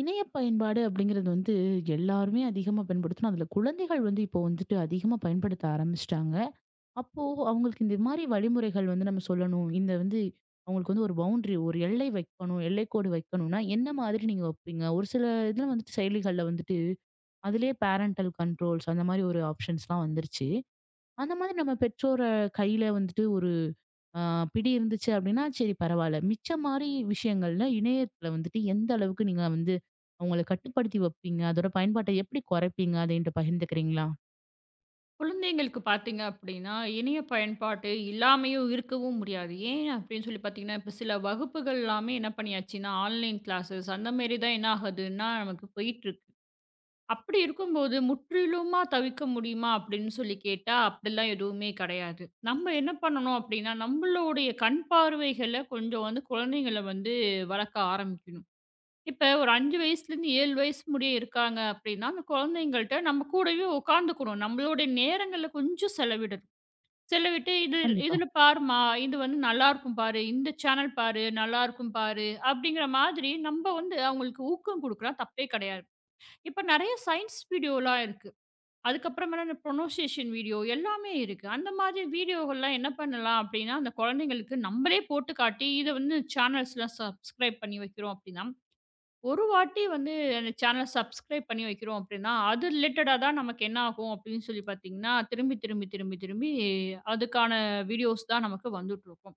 இணைய பயன்பாடு அப்படிங்கிறது வந்து எல்லாருமே அதிகமா பயன்படுத்தணும். அதுல குழந்தைகள் வந்து இப்போ வந்துட்டு அதிகமா பயன்படுத்த ஆரம்பிச்சிட்டாங்க. அப்போ அவங்களுக்கு இந்த மாதிரி வழிமுறைகள் வந்து நம்ம சொல்லணும். இந்த வந்து அவங்களுக்கு வந்து ஒரு பவுண்டரி, ஒரு எல்லை வைக்கணும். எல்லைக்கோடு வைக்கணும்னா என்ன மாதிரி நீங்க வைப்பீங்க? ஒரு சில இதுல வந்துட்டு செயலிகள்ல வந்துட்டு அதுலயே பேரண்டல் கண்ட்ரோல்ஸ் அந்த மாதிரி ஒரு ஆப்ஷன்ஸ்லாம் வந்துருச்சு. அந்த மாதிரி நம்ம பெற்றோரை கையில வந்துட்டு ஒரு ஆ பிடி இருந்துச்சு அப்டின்னா, சரி பரவால்ல. மிச்ச மாரி விஷயங்கள்ல இணையத்துல வந்துட்டு எந்த அளவுக்கு நீங்க வந்து அவங்கள கட்டுப்படுத்தி வைப்பீங்க? அதோட பயன்பாட்ட எப்படி குறைப்பீங்க? அத என்ட்ட பகிர்ந்துக்கிறீங்களா? குழந்தைங்களுக்கு பார்த்தீங்க அப்படின்னா, இணைய பயன்பாட்டு இல்லாமயும் இருக்கவும் முடியாது. ஏன் அப்படின்னு சொல்லி பார்த்தீங்கன்னா, இப்போ சில வகுப்புகள் எல்லாமே என்ன பண்ணியாச்சுன்னா, ஆன்லைன் கிளாஸஸ் அந்த மாரி தான் என்ன ஆகுதுன்னா, நமக்கு போயிட்டுருக்கு. அப்படி இருக்கும்போது, முற்றிலுமா தவிர்க்க முடியுமா அப்படின்னு சொல்லி கேட்டா, அப்படிலாம் எதுவுமே கிடையாது. நம்ம என்ன பண்ணணும் அப்படின்னா, நம்மளுடைய கண் பார்வைகள கொஞ்சம் வந்து குழந்தைங்கள வந்து வளர்க்க ஆரம்பிக்கணும். இப்ப ஒரு 5 வயசுலேருந்து 7 வயசு முடிய இருக்காங்க அப்படின்னா, அந்த குழந்தைங்கள்ட்ட நம்ம கூடவே உட்காந்துக்கணும். நம்மளுடைய நேரங்கள்ல கொஞ்சம் செலவிடணும். செலவிட்டு இது கண்டிப்பா, "இதில பாரும்மா, இது வந்து நல்லாயிருக்கும் பாரு. இந்த சேனல் பாரு, நல்லாயிருக்கும் பாரு" அப்படிங்கிற மாதிரி நம்ம வந்து அவங்களுக்கு ஊக்கம் குடுக்கலாம். தப்பே கிடையாது. இப்ப நெறைய சயன்ஸ் வீடியோலாம் இருக்கு. அதுக்கப்புறமேல இந்த ப்ரொனன்சியேஷன் வீடியோ எல்லாமே இருக்கு. அந்த மாதிரி வீடியோகள்லாம் என்ன பண்ணலாம் அப்படின்னா, அந்த குழந்தைங்களுக்கு நம்மளே போட்டு காட்டி, இத வந்து சேனல்ஸ்லாம் சப்ஸ்கிரைப் பண்ணி வைக்கிறோம் அப்படின்னா, ஒரு வாட்டி வந்து அந்த சேனல் சப்ஸ்கிரைப் பண்ணி வைக்கிறோம் அப்படின்னா, அது ரிலேட்டடா தான் நமக்கு என்ன ஆகும் அப்படின்னு சொல்லி பார்த்தீங்கன்னா, திரும்பி, திரும்பி, திரும்பி, திரும்பி அதுக்கான வீடியோஸ் தான் நமக்கு வந்துட்டுருக்கும்.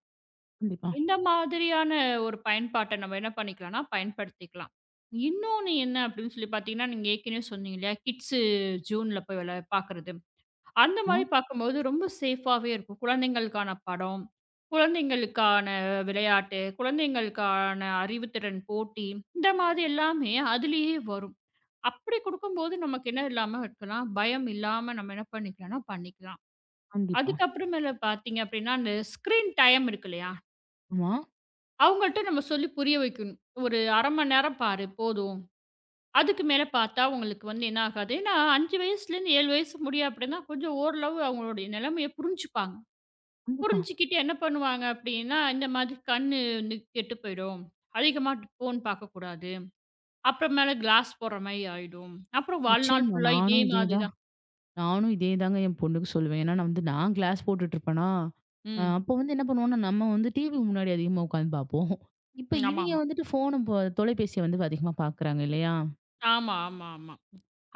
கண்டிப்பா. இந்த மாதிரியான ஒரு பயன்பாட்ட நம்ம என்ன பண்ணிக்கலாம்னா, பயன்படுத்திக்கலாம். இன்னொன்னு என்ன அப்படின்னு சொல்லி பார்த்தீங்கன்னா, நீங்க ஏற்கனவே சொன்னீங்க இல்லையா? கிட்ஸு ஜூன்ல போய் விளை பார்க்குறது. அந்த ஆ, மாரி பார்க்கும்போது ரொம்ப சேஃபாவே இருக்கும். குழந்தைங்களுக்கான படம், குழந்தைங்களுக்கான விளையாட்டு, குழந்தைங்களுக்கான அறிவுத்திறன் போட்டி, இந்த மாதிரி எல்லாமே அதிலேயே வரும். அப்படி குடுக்கும்போது நமக்கு என்ன இல்லாம இருக்கலாம், பயம் இல்லாம நம்ம என்ன பண்ணிக்கலாம்னா பண்ணிக்கலாம். கண்டிப்பா. அதுக்கப்புறமேல பார்த்தீங்க அப்படின்னா, அந்த ஸ்க்ரீன் டைம் இருக்கு இல்லையா? ஆமா. அவங்கள்ட்ட நம்ம சொல்லி புரிய வைக்கணும். ஒரு 1/2 மணி நேரம் பாரு போதும். அதுக்கு மேல பார்த்தா உங்களுக்கு வந்து என்ன ஆகாது. ஏன்னா 5 வயசுலேருந்து 7 வயசு முடியும் அப்படின்னா, கொஞ்சம் ஓரளவு அவங்களுடைய நிலைமைய புரிஞ்சுப்பாங்க. கண்டிப்பா. புரிஞ்சுக்கிட்டு என்ன பண்ணுவாங்க அப்படின்னா, இந்த மாதிரி கண்ணு வந்து கெட்டு போயிடும். அதிகமா ஃபோன் பார்க்கக்கூடாது. அப்புறமேல கிளாஸ் போடுற மாரி ஆயிடும். அப்புறம் வாழ்நாள் நிச்சயமா. ஃபுல்லா இதே நானும் மாதிரி இதேதான். தான். நானும் இதேதாங்க என் பொண்ணுக்கு சொல்லுவேன். ஏன்னா, நான் கிளாஸ் போட்டுட்டு இருப்பேனா, ம். அப்போ வந்து என்ன பண்ணுவோம்னா, நம்ம வந்து டிவி முன்னாடி அதிகமா உட்காந்து பார்ப்போம். இப்ப ம். இவிங்க ஆமாமா. வந்துட்டு ஃபோன தொலைபேசிய வந்து அதிகமா பார்க்குறாங்க இல்லையா? ஆமா, ஆமா, ஆமா.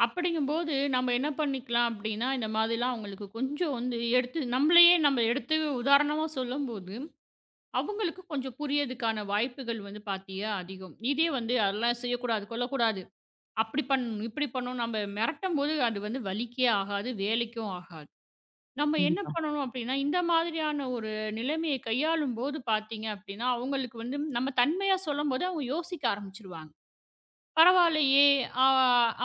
அப்படிங்கும்போது நம்ம என்ன பண்ணிக்கலாம் அப்படின்னா, இந்த மாதிரிலாம் அவங்களுக்கு கொஞ்சம் வந்து எடுத்து நம்மளையே நம்ம எடுத்து உதாரணமா சொல்லும்போது, அவங்களுக்கு கொஞ்சம் புரியதுக்கான வாய்ப்புகள் வந்து பார்த்தீயா அதிகம். இதே வந்து அதெல்லாம் செய்யக்கூடாது, கொல்லக்கூடாது. அப்படி பண்ணணும், இப்படி பண்ணணும் நம்ம மிரட்டும்போது அது வந்து வலிக்கே ஆகாது, வேலைக்கும் ஆகாது. நம்ம என்ன கண்டிப்பா. பண்ணணும் அப்படின்னா, இந்த மாதிரியான ஒரு நிலைமைய கையாளும்போது பார்த்தீங்க அப்படின்னா, அவங்களுக்கு வந்து நம்ம தன்மையா சொல்லும்போது அவங்க யோசிக்க ஆரம்பிச்சுருவாங்க. பரவாயில்லையே! அ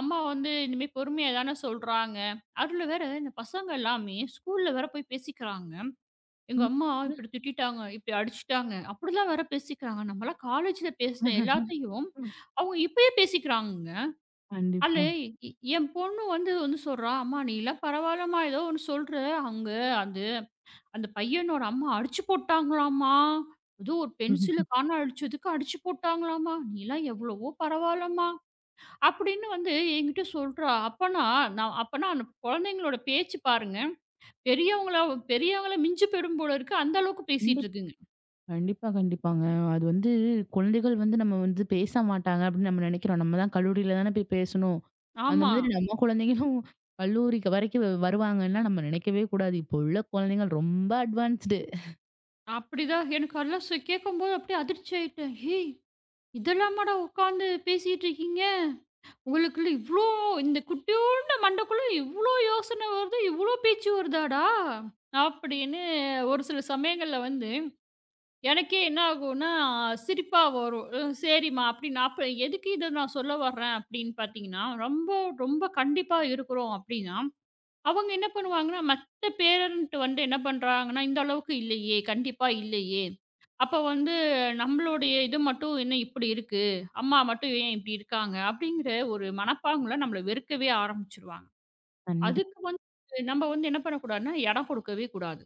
அம்மா வந்து இனிமே பொறுமையா தானே சொல்றாங்க. அதுல வேற இந்த பசங்க எல்லாமே ஸ்கூல்ல வேற போய் பேசிக்கிறாங்க. எங்க ம். அம்மா இப்படி திட்டிட்டாங்க, இப்படி அடிச்சுட்டாங்க, அப்படிலாம் வேற பேசிக்கிறாங்க. நம்மலாம் காலேஜ்ல பேசின எல்லாத்தையும் அவங்க இப்பயே பேசிக்கிறாங்கங்க. அதுல கண்டிப்பா. என் பொண்ணு வந்து வந்து சொல்றா, "அம்மா நீலாம் பரவாயில்லம்மா ஏதோ ஒண்ணு சொல்ற. அவங்க அந்த அந்த பையனோட அம்மா அடிச்சு போட்டாங்களாம்மா. ஏதோ ஒரு பென்சில ம்ஹ்ம். காண அழிச்சதுக்கு அடிச்சு போட்டாங்களாம்மா. "நீலாம் எவ்வளவோ பரவாயில்லம்மா" அப்படின்னு வந்து என்கிட்ட சொல்றா. அப்பனா நான் அப்பனா அந்த குழந்தைங்களோட பேச்சு பாருங்க. பெரியவங்கள பெரியவங்கள மிஞ்சு போயிடும் போல இருக்கு. அந்த அளவுக்கு பேசிட்டு கண்டிப் இருக்குங்க. கண்டிப்பா, கண்டிப்பாங்க. அது வந்து குழந்தைகள் வந்து நம்ம வந்து பேச மாட்டாங்க அப்படின்னு நம்ம நினைக்கிறோம். நம்ம தான் கல்லூரியில தானே போய் பேசணும். அந்த ஆமா. மாதிரி நம்ம குழந்தைகளும் கல்லூரிக்கு வரைக்கும் வருவாங்கன்னா நம்ம நினைக்கவே கூடாது. இப்போ உள்ள குழந்தைகள் ரொம்ப அட்வான்ஸ்டு. அப்படிதான் எனக்கு அதெல்லாம் கேட்கும்போது அப்படியே அதிர்ச்சி ஆயிட்டேன். "ஏய் இதெல்லாமாடா உட்காந்து பேசிட்டு இருக்கீங்க?" உங்களுக்குள்ள இவ்ளோ இந்த குட்டியோண்டு மண்டைக்குள்ள இவ்ளோ யோசனை வருது, இவ்ளோ பேச்சு வருதாடா! அப்படின்னு ஒரு சில சமயங்கள்ல வந்து எனக்கே என்ன ஆகும்னா, சிரிப்பா வரும். "ம் சரிம்மா" அப்படின்னு அப்ப எதுக்கு இத நான் சொல்ல வர்றேன் அப்படின்னு பார்த்தீங்கன்னா, ரொம்ப ரொம்ப கண்டிப்பா இருக்கிறோம் அப்படின்னா அவங்க என்ன பண்ணுவாங்கன்னா, மத்த பேரண்ட் வந்து என்ன பண்றாங்கன்னா, இந்த அளவுக்கு இல்லையே! கண்டிப்பா இல்லையே! அப்ப வந்து நம்மளுடைய இது மட்டும் என்ன இப்படி இருக்கு? அம்மா மட்டும் ஏன் இப்படி இருக்காங்க? அப்படிங்கிற ஒரு மனப்பாங்குல நம்மள வெறுக்கவே ஆரம்பிச்சுருவாங்க. கண்டிப் அதுக்கு வந்து நம்ம வந்து என்ன பண்ணக்கூடாதுன்னா, இடம் கொடுக்கவே கூடாது.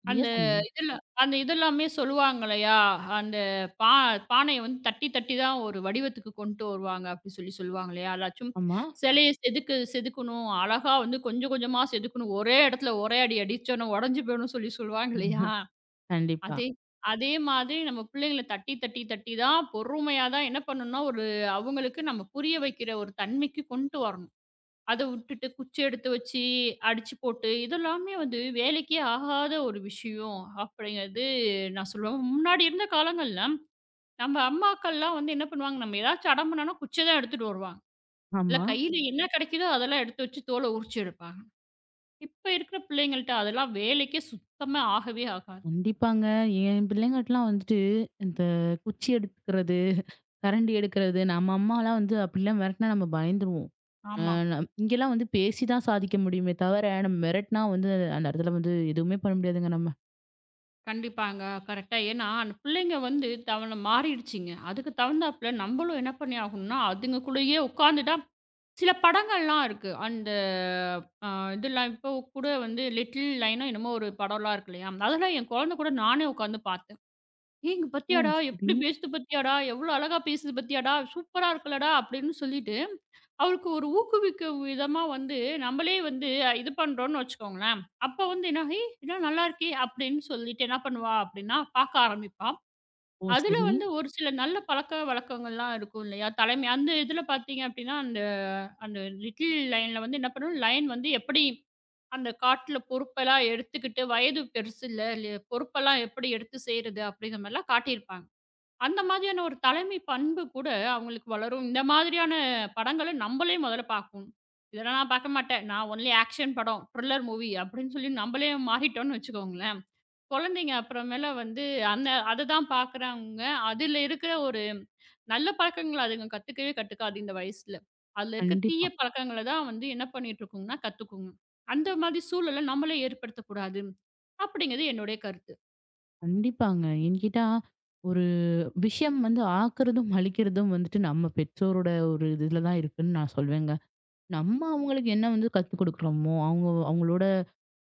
சரியா அந்த சொன்னீங்க. இதுல அந்த இதெல்லாமே சொல்லுவாங்க இல்லையா? அந்த பா பானைய வந்து தட்டி தட்டி தான் ஒரு வடிவத்துக்கு கொண்டு வருவாங்க அப்படின்னு சொல்லி சொல்லுவாங்க இல்லையா? அதாச்சும் ஆமா. சிலைய செதுக்கு செதுக்கணும். அழகா வந்து கொஞ்சம் கொஞ்சமா செதுக்கணும். ஒரே இடத்துல ஒரே அடி அடிச்சோன்னா உடைஞ்சு போயிடும்னு சொல்லி சொல்லுவாங்க இல்லையா? கண்டிப்பா. அதே அதே மாதிரி நம்ம பிள்ளைங்கள தட்டி தட்டி தட்டி தான் பொறுமையா தான் என்ன பண்ணணும்னா, ஒரு அவங்களுக்கு நம்ம புரிய வைக்கிற ஒரு தன்மைக்கு கொண்டு வரணும். அத விட்டுட்டு குச்சி எடுத்து வச்சு அடிச்சு போட்டு, இதெல்லாமே வந்து வேலைக்கே ஆகாத ஒரு விஷயம் அப்படிங்கிறது நான் சொல்லுவேன். முன்னாடி இருந்த காலங்கள்ல நம்ம அம்மாக்கள்லாம் வந்து என்ன பண்ணுவாங்க, நம்ம ஏதாச்சும் அடம் பண்ணோம்னா குச்சி தான் எடுத்துட்டு வருவாங்க. இல்ல ஆமா. கையில என்ன கிடைக்குதோ அதெல்லாம் எடுத்து வச்சு தோல உரிச்சு எடுப்பாங்க. இப்ப இருக்கிற பிள்ளைங்கள்ட்ட அதெல்லாம் வேலைக்கே சுத்தமா ஆகவே ஆகாது. கண்டிப்பாங்க. என் பிள்ளைங்கட்டலாம் வந்துட்டு இந்த குச்சி எடுத்துக்கிறது, கரண்டி எடுக்கிறது. நம்ம அம்மாலாம் வந்து அப்படிலாம் மிரட்டினா நம்ம பயந்துருவோம். அ ஆமா. நம் இங்கேலாம் வந்து பேசி தான் சாதிக்க முடியுமே தவிர, நம்ம மிரட்டினா வந்து அந்த இடத்துல வந்து எதுவுமே பண்ண முடியாதுங்க நம்ம. கண்டிப்பாங்க. கரெக்ட்டா. ஏன்னா அந்த பிள்ளைங்க வந்து தவன மாறிடுச்சுங்க. அதுக்கு தகுந்தாப்புல நம்மளும் என்ன பண்ணி ஆகணும்னா, அதுங்கக்குள்ளேயே உட்கார்ந்துட்டா சில படங்கள்லாம் இருக்கு. அந்த அ இதெல்லாம் இப்போ கூட வந்து லிட்டில் லைனோ என்னமோ ஒரு படம்லாம் இருக்கு இல்லையா? அதெல்லாம் என் குழந்தை கூட நானே உட்காந்து பார்த்தேன். "ஏய் இங்க "ஓ! பாத்தியாடா? சரி. எப்படி பேசுது பாத்தியாடா? எவ்வளோ அழகா பேசுது பாத்தியாடா? சூப்பரா இருக்குல்லடா!" அப்படின்னு சொல்லிட்டு, அவளுக்கு ஒரு ஊக்குவிக்கும் விதமா வந்து நம்மளே வந்து இது பண்றோம்னு வச்சுக்கோங்களேன். அப்ப வந்து என்ன, "ஏய்! இதெல்லாம் நல்லாருக்கே!" அப்படின்னு சொல்லிட்டு என்ன பண்ணுவா அப்படின்னா, பார்க்க ஆரம்பிப்பா. ஓ! அதுல சரி." வந்து ஒரு சில நல்ல பழக்கவழக்கங்கள்லாம் இருக்கும் இல்லையா? தலைமை அந்த இதுல பார்த்தீங்க அப்டின்னா, அந்த அந்த லிட்டில் லயன்ல வந்து என்ன பண்ணும், லயன் வந்து எப்படி அந்த காட்டுல பொறுப்பெல்லாம் எடுத்துக்கிட்டு, வயது பெருசு இல்ல, பொறுப்பெல்லாம் எப்படி எடுத்து செய்றது அப்படிங்கிற மாரிலாம் காட்டியிருப்பாங்க. அந்த மாதிரியான ஒரு தலைமை பண்பு கூட அவங்களுக்கு வளரும். இந்த மாதிரியான படங்கள நம்பளே முதல்ல பார்க்கணும். இதெல்லாம் நான் பார்க்க மாட்டேன். நான் ஒன்லி ஆக்ஷன் படம், த்ரில்லர் மூவி அப்படின்னு சொல்லி நம்பளே மாறிட்டோம்னு வச்சுக்கோங்களேன். குழந்தைங்க அப்புறமேல வந்து அந்த அததான் பார்க்குறாங்க. அதுல இருக்கிற ஒரு நல்ல பழக்கங்கள அதுங்க கத்துக்கவே கத்துக்காது இந்த வயசுல. அதுல இருக்க தீய கண்டிப்பா, பழக்கங்கள தான் வந்து என்ன பண்ணிட்டுருக்குங்கன்னா, கத்துக்குங்க. அந்த மாதிரி சூழல நம்மளே ஏற்படுத்தக்கூடாது. அப்படிங்கிறது என்னுடைய கருத்து. கண்டிப்பாங்க. ஏன்னு கேட்டா, ஒரு விஷயம் வந்து ஆக்குறதும், அழிக்கிறதும் வந்துட்டு நம்ம பெற்றோரோட ஒரு இதுல தான் இருக்குன்னு நான் சொல்வேங்க. நம்ம அவங்களுக்கு என்ன வந்து கத்துக் குடுக்குறோமோ, அவங்க அவங்களோட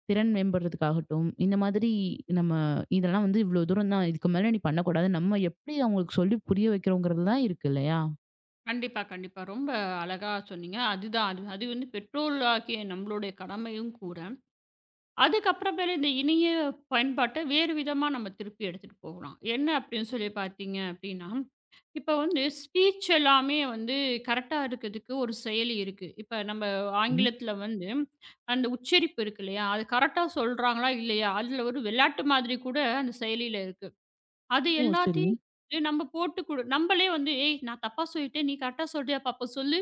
திறன் மேம்படுறதுக்காகட்டும், இந்த மாதிரி நம்ம இதெல்லாம் வந்து இவ்ளோ தூரம் தான். இதுக்கு மேல நீ பண்ணக்கூடாது. நம்ம எப்படி அவங்களுக்கு சொல்லி புரிய வைக்கிறோங்கிறது தான் இருக்கு இல்லையா? கண்டிப்பா, கண்டிப்பா. ரொம்ப அழகா சொன்னீங்க. அதுதான் அது அது வந்து பெற்றோர்களாகிய நம்மளுடைய கடமையும் கூட. அதுக்கப்புறமேலு இந்த இணைய பயன்பாட்ட வேறு விதமா நம்ம திருப்பி எடுத்துட்டு போகலாம். என்ன அப்படின்னு சொல்லி பார்த்தீங்க அப்படின்னா, இப்ப வந்து ஸ்பீச் எல்லாமே வந்து கரெக்ட்டா இருக்கிறதுக்கு ஒரு செயலி இருக்கு. இப்ப நம்ம ம். ஆங்கிலத்தில வந்து அந்த உச்சரிப்பு இருக்கு இல்லையா? அது கரெக்ட்டா சொல்றாங்களா இல்லையா? அதில ஒரு விளையாட்டு மாதிரி கூட அந்த செயலியில இருக்கு. அது ஓ! சரி, எல்லாத்தையும் வந்து நம்ம போட்டு குடு நம்மளே வந்து "ஏய் நான் தப்பா சொல்லிட்டேன். நீ கரெக்ட்டா சொல்றியா பாப்போம் சொல்லு."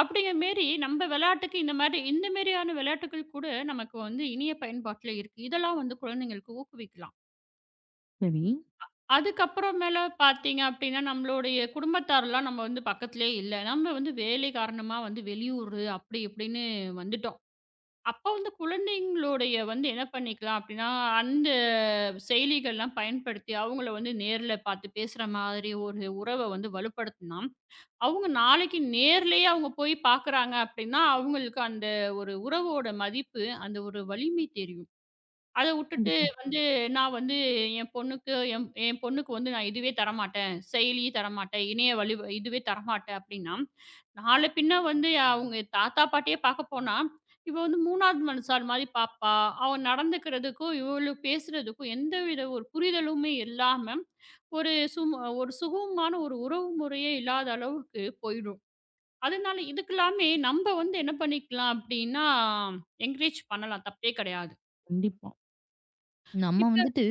அப்படிங்கிற மாரி நம்ம விளையாட்டுக்கு இந்த மாரி இந்த மாரியான விளையாட்டுகள் கூட நமக்கு வந்து இனிய பயன்பாட்டுல இருக்கு. இதெல்லாம் வந்து குழந்தைங்களுக்கு ஊக்குவிக்கலாம். சரி. அதுக்கப்புறமேல பார்த்தீங்க அப்படின்னா, நம்மளுடைய குடும்பத்தார்லாம் நம்ம வந்து பக்கத்திலேயே இல்ல. நம்ம வந்து வேலை காரணமா வந்து வெளியூரு அப்படி இப்படின்னு வந்துட்டோம். அப்போ வந்து குழந்தைங்களுடைய வந்து என்ன பண்ணிக்கலாம் அப்படின்னா, அந்த செயலிகள்லாம் பயன்படுத்தி அவங்கள வந்து நேர்ல பார்த்து பேசுற மாதிரி ஒரு உறவ வந்து வலுப்படுத்தினா, அவங்க நாளைக்கு நேர்லயே அவங்க போய் பார்க்குறாங்க அப்படின்னா, அவங்களுக்கு அந்த ஒரு உறவோட மதிப்பு, அந்த ஒரு வலிமை தெரியும். அத உட்டுட்டு கண்டிப்பா, வந்து நான் வந்து என் பொண்ணுக்கு என் என் பொண்ணுக்கு வந்து நான் இதுவே தரமாட்டேன். செயலி தரமாட்டேன். இணைய வழி இதுவே தரமாட்டேன் அப்படின்னா, நாள பின்ன வந்து அவங்க தாத்தா, பாட்டியே பார்க்க போனா, இவ வந்து 3வது மனுஷாள் மாரி பார்ப்பா. அவ நடந்துக்கிறதுக்கும், இவளு பேசுறதுக்கும் எந்தவித ஒரு புரிதலுமே இல்லாம, ஒரு ஒரு சுகமான ஒரு உறவு முறையே இல்லாத அளவுக்கு போயிடும். அதனால இதுக்கெல்லாமே நம்ப வந்து என்ன பண்ணிக்கலாம் அப்டின்னா, என்கரேஜ் பண்ணலாம். தப்பே கிடையாது. கண்டிப்பா. நம்ம இப்ப வந்துட்டு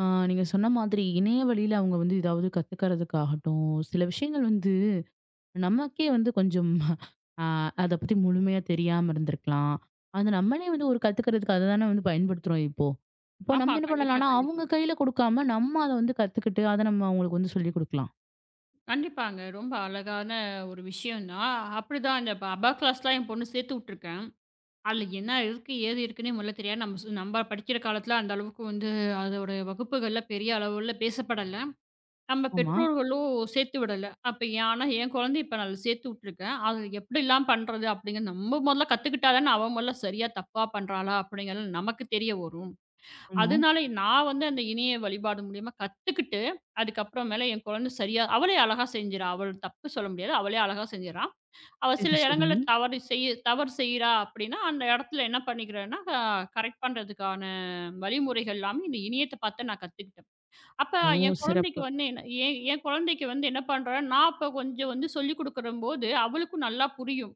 அ நீங்க சொன்ன மாதிரி இணைய வழியில அவங்க வந்து ஏதாவது கத்துக்கிறதுக்காகட்டும், சில விஷயங்கள் வந்து நமக்கே வந்து கொஞ்சம் ஆ அத பத்தி முழுமையா தெரியாம இருந்திருக்கலாம். அது நம்மளே வந்து ஒரு கத்துக்கிறதுக்கு அததானே வந்து பயன்படுத்துறோம் இப்போ. இப்போ ஆமா. நம்ம என்ன கண்டிப்பா, பண்ணலாம்னா, கண்டிப்பா. அவங்க கையில கொடுக்காம நம்ம அத வந்து கத்துக்கிட்டு, அத நம்ம அவங்களுக்கு வந்து சொல்லிக் குடுக்கலாம். கண்டிப்பாங்க. ரொம்ப அழகான ஒரு விஷயம் தான். அப்படிதான் இந்த அபாக்ளாஸ்லாம் என் பொண்ணு சேர்த்து விட்டுருக்கேன். அதுல என்ன இருக்கு, ஏது இருக்குன்னே முதல்ல தெரியாது. நம்ம நம்ம படிக்கிற காலத்துல அந்த அளவுக்கு வந்து அதோட வகுப்புகள்ல பெரிய அளவுல பேசப்படல. நம்ம ஆமா, பெற்றோர்களோ சேர்த்து விடல. அப்ப ஏன் ஆனா என் குழந்தைய இப்ப நான் சேர்த்து விட்டுருக்கேன். அது எப்படிலாம் பண்றது அப்படிங்கிறது நம்ம முதல்ல கத்துக்கிட்டா தானே, அவ முதல்ல சரியா தப்பா பண்றாளா அப்படிங்கிறது நமக்கு தெரிய வரும். ஆமா. அதனால நான் வந்து அந்த இணைய வழிபாடு மூலியமா கத்துக்கிட்டு, அதுக்கப்புறமேல என் குழந்தை சரியா அவளே அழகா செஞ்சுறா. அவள் தப்பு சொல்ல முடியாது. அவளே அழகா செஞ்சுறா. அவ சில சரி, சரி. இடங்கள்ல தவறு செய்றா அப்படின்னா, அந்த இடத்துல என்ன பண்ணிக்கிறேன்னா, கரெக்ட் பண்றதுக்கான வழிமுறைகள் எல்லாமே இந்த இணையத்த பார்த்து நான் கத்துக்கிட்டேன். அப்ப ஓ! என் குழந்தைக்கு சிறப்பு. வந்து என்ன என் என் குழந்தைக்கு வந்து என்ன பண்றேன், நான் அப்ப கொஞ்சம் வந்து சொல்லிக் குடுக்குறம்போது, அவளுக்கும் நல்லா புரியும்.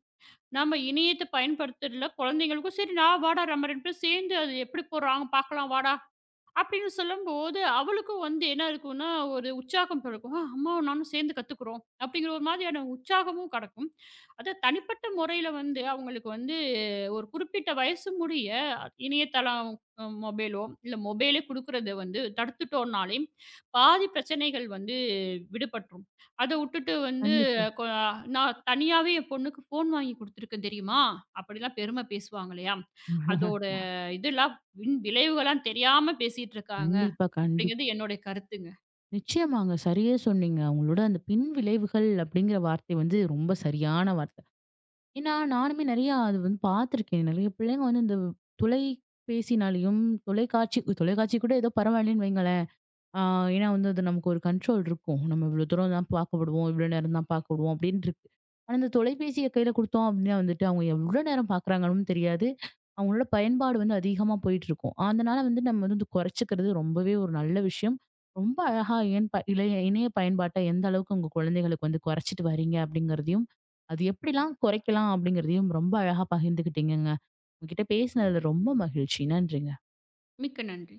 நம்ம இணையத்த பயன்படுத்துறதுல குழந்தைங்களுக்கும், "சரி நான் வாடா நம்ம 2 பேரும் சேர்ந்து அது எப்படி போடுறாங்க பார்க்கலாம் வாடா" அப்படின்னு சொல்லும்போது, அவளுக்கும் வந்து என்ன இருக்கும்னா, ஒரு உற்சாகம் பிறக்கும். "ஆ அம்மாவும் நானும் சேர்ந்து கத்துக்கிறோம்." அப்படிங்கிற ஒரு மாதிரியான உற்சாகமும் கெடைக்கும். அதான் தனிப்பட்ட முறையில வந்து அவங்களுக்கு வந்து ஒரு குறிப்பிட்ட வயசு முடிய இணையதளம், மொபைலோ இல்ல மொபைலே குடுக்குறத வந்து தடுத்துட்டோம்னாலே, பாதி பிரச்சனைகள் வந்து விடுபட்டுரும். அத உட்டுட்டு வந்து கண்டிப்பா. கொ நான் தனியாவே என் பொண்ணுக்கு ஃபோன் வாங்கி குடுத்துருக்கேன் தெரியுமா? அப்படிலாம் பெருமை பேசுவாங்க இல்லையா? அதோட இதெல்லாம் விளைவுகள்லாம் தெரியாம பேசிட்டு இருக்காங்க. கண்டிப்பா, கண்டிப்பா. அப்படிங்கிறது என்னுடைய கருத்துங்க. நிச்சயமாங்க. சரியா சொன்னீங்க. அவங்களோட அந்த பின் விளைவுகள் அப்படிங்கிற வார்த்தை வந்து ரொம்ப சரியான வார்த்தை. ஏன்னா, நானுமே நெறையா அது வந்து பார்த்துருக்கேன். நெறைய பிள்ளைங்க வந்து இந்த தொலைபேசினாலயும், தொலைக்காட்சி தொலைக்காட்சி கூட ஏதோ பரவாயில்லன்னு வைங்களேன். ஆ, ஏன்னா வந்து அது நமக்கு ஒரு கண்ட்ரோல் இருக்கும். நம்ம இவ்வளோ தூரம் தான் பார்க்கப்படுவோம், இவ்வளோ நேரம் தான் பார்க்கப்படுவோம் அப்படின்னு இருக்கு. ஆனா இந்த தொலைபேசிய கையில குடுத்தோம் அப்படின்னா வந்துட்டு, அவங்க எவ்வளோ நேரம் பார்க்குறாங்கன்னு தெரியாது. அவங்களோட பயன்பாடு வந்து அதிகமா போயிட்டுருக்கும். அதனால வந்து நம்ம வந்து குறைச்சுக்கிறது ரொம்பவே ஒரு நல்ல விஷயம். ரொம்ப அழகா ஏன் ப இளைய இணைய பயன்பாட்ட எந்த அளவுக்கு உங்க குழந்தைகளுக்கு வந்து குறைச்சிட்டு வரீங்க அப்படிங்கிறதையும், அது எப்படிலாம் குறைக்கலாம் அப்படிங்கிறதையும் ரொம்ப அழகா பகிர்ந்துக்கிட்டீங்கங்க. உங்ககிட்ட பேசினதுல ரொம்ப மகிழ்ச்சி. நன்றிங்க. மிக்க நன்றி.